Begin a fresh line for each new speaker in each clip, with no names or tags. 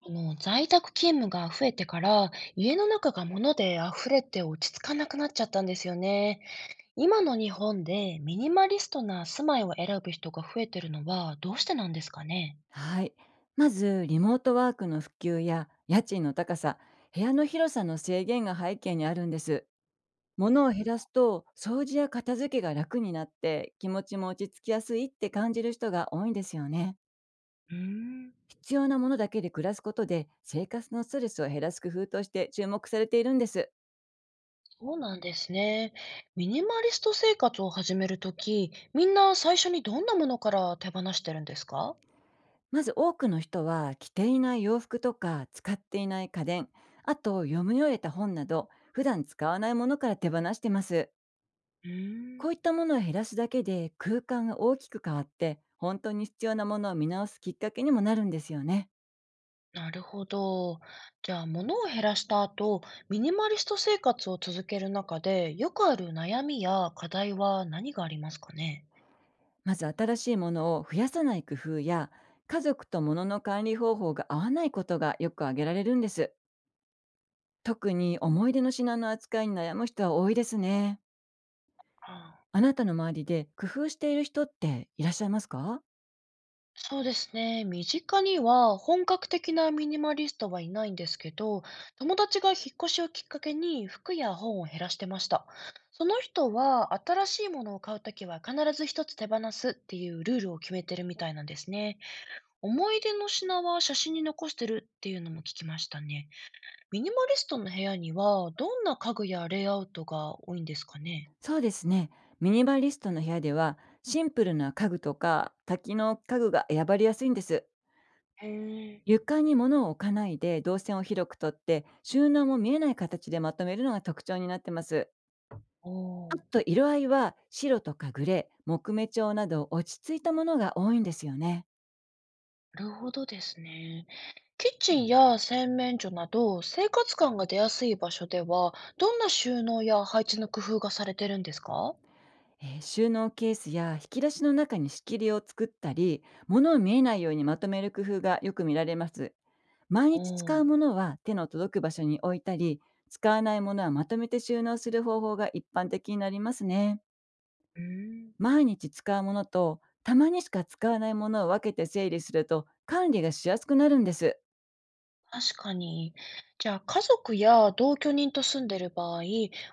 在宅勤務が増えてから、家の中が物で溢れて落ち着かなくなっちゃったんですよね。今の日本でミニマリストな住まいを選ぶ人が増えてるのはどうしてなんですかね？
はい。まず、リモートワークの普及や家賃の高さ、部屋の広さの制限が背景にあるんです。物を減らすと、掃除や片付けが楽になって、気持ちも落ち着きやすいって感じる人が多いんですよね。
うーん、
必要なものだけで暮らすことで、生活のストレスを減らす工夫として注目されているんです。
そうなんですね。ミニマリスト生活を始めるとき、みんな最初にどんなものから手放してるんですか？
まず多くの人は、着ていない洋服とか、使っていない家電、あと読み終えた本など、普段使わないものから手放してます。
うー
こ
ん。
ういったものを減らすだけで空間が大きく変わって、本当に必要なものを見直すきっかけにもなるんですよね。
なるほど。じゃあ、物を減らした後、ミニマリスト生活を続ける中で、よくある悩みや課題は何がありますかね？
まず新しいものを増やさない工夫や、家族と物の管理方法が合わないことがよく挙げられるんです。特に思い出の品の扱いに悩む人は多いですね。
ああ、
あなたの周りで工夫している人っていらっしゃいますか？
そうですね。身近には本格的なミニマリストはいないんですけど、友達が引っ越しをきっかけに服や本を減らしてました。その人は新しいものを買うときは必ず一つ手放すっていうルールを決めてるみたいなんですね。思い出の品は写真に残してるっていうのも聞きましたね。ミニマリストの部屋には、どんな家具やレイアウトが多いんですかね？
そうですね。ミニバリストの部屋ではシンプルな家具とか多機能家具が選ばれやすいんです。
へえ。
床に物を置かないで動線を広くとって、収納も見えない形でまとめるのが特徴になってます。
お
あ
お、
と、色合いは白とかグレー、木目調など落ち着いたものが多いんですよね。
なるほどですね。キッチンや洗面所など、生活感が出やすい場所では、どんな収納や配置の工夫がされてるんですか？
収納ケースや引き出しの中に仕切りを作ったり、物を見えないようにまとめる工夫がよく見られます。毎日
おお、う
使うものは手の届く場所に置いたり、使わないものはまとめて収納する方法が一般的になりますね。
ーん、
毎日使うものとたまにしか使わないものを分けて整理すると、管理がしやすくなるんです。
確かに。じゃあ、家族や同居人と住んでる場合、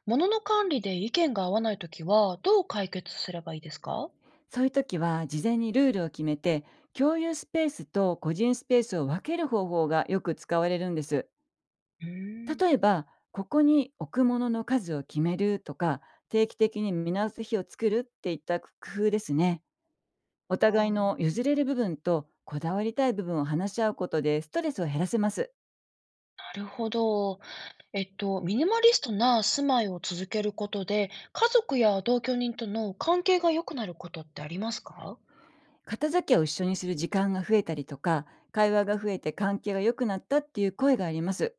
物の管理で意見が合わないときは、どう解決すればいいですか？
そういう時は事前にルールを決めて、共有スペースと個人スペースを分ける方法がよく使われるんです。
うーん。
例えば、ここに置くものの数を決めるとか、定期的に見直す日を作るっていった工夫ですね。お
ま
互い
あ、
の譲れる部分とこだわりたい部分を話し合うことで、ストレスを減らせます。
なるほど。ミニマリストな住まいを続けることで、家族や同居人との関係が良くなることってありますか？
片付けを一緒にする時間が増えたりとか、会話が増えて関係が良くなったっていう声があります。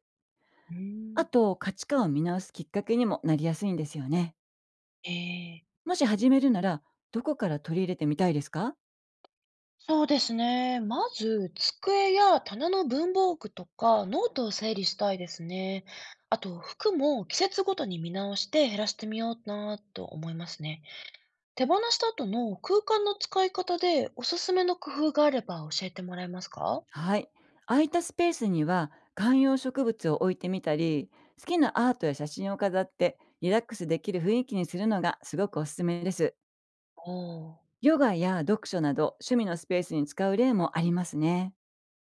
うー
あ
ん。
と、価値観を見直すきっかけにもなりやすいんですよね。
ええ、
もし始めるなら、どこから取り入れてみたいですか？
そうですね。まず、机や棚の文房具とかノートを整理したいですね。あと、服も季節ごとに見直して減らしてみようなと思いますね。手放した後の空間の使い方でおすすめの工夫があれば教えてもらえますか？
はい。空いたスペースには観葉植物を置いてみたり、好きなアートや写真を飾ってリラックスできる雰囲気にするのがすごくおすすめです。
おー、
ヨガや読書など趣味のスペースに使う例もありますね。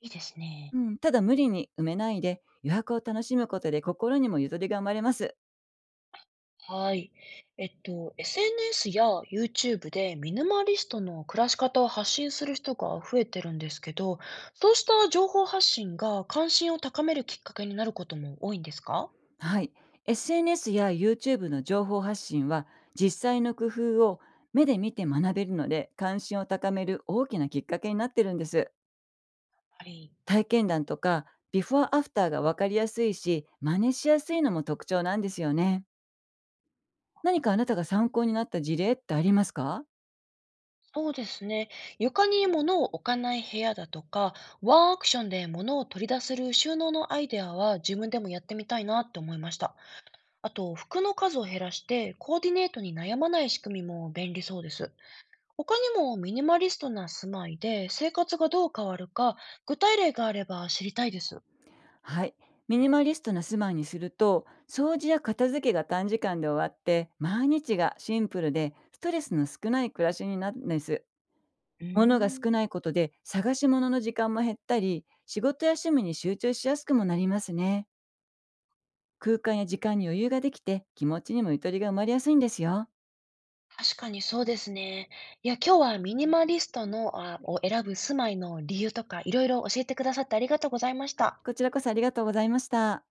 いいですね。
うん、ただ無理に埋めないで余白を楽しむことで心にもゆとりが生まれます。
はい。SNS や YouTube でミニマリストの暮らし方を発信する人が増えてるんですけど、そうした情報発信が関心を高めるきっかけになることも多いんですか？
はい。SNS や YouTube の情報発信は、実際の工夫を目で見て学べるので、関心を高める大きなきっかけになってるんです。
はい。
体験談とかビフォーアフターがわかりやすいし、真似しやすいのも特徴なんですよね。何かあなたが参考になった事例ってありますか？
そうですね。床に物を置かない部屋だとか、ワンアクションで物を取り出せる収納のアイデアは自分でもやってみたいなって思いました。あと、服の数を減らしてコーディネートに悩まない仕組みも便利そうです。他にもミニマリストな住まいで生活がどう変わるか、具体例があれば知りたいです。
はい。ミニマリストな住まいにすると、掃除や片付けが短時間で終わって、毎日がシンプルで、ストレスの少ない暮らしになるんです。
う
物が
ーん、
少ないことで、探し物の時間も減ったり、仕事や趣味に集中しやすくもなりますね。空間や時間に余裕ができて、気持ちにもゆとりが生まれやすいんですよ。
確かにそうですね。いや、今日はミニマリストの、あ、を選ぶ住まいの理由とか、いろいろ教えてくださってありがとうございました。
こちらこそありがとうございました。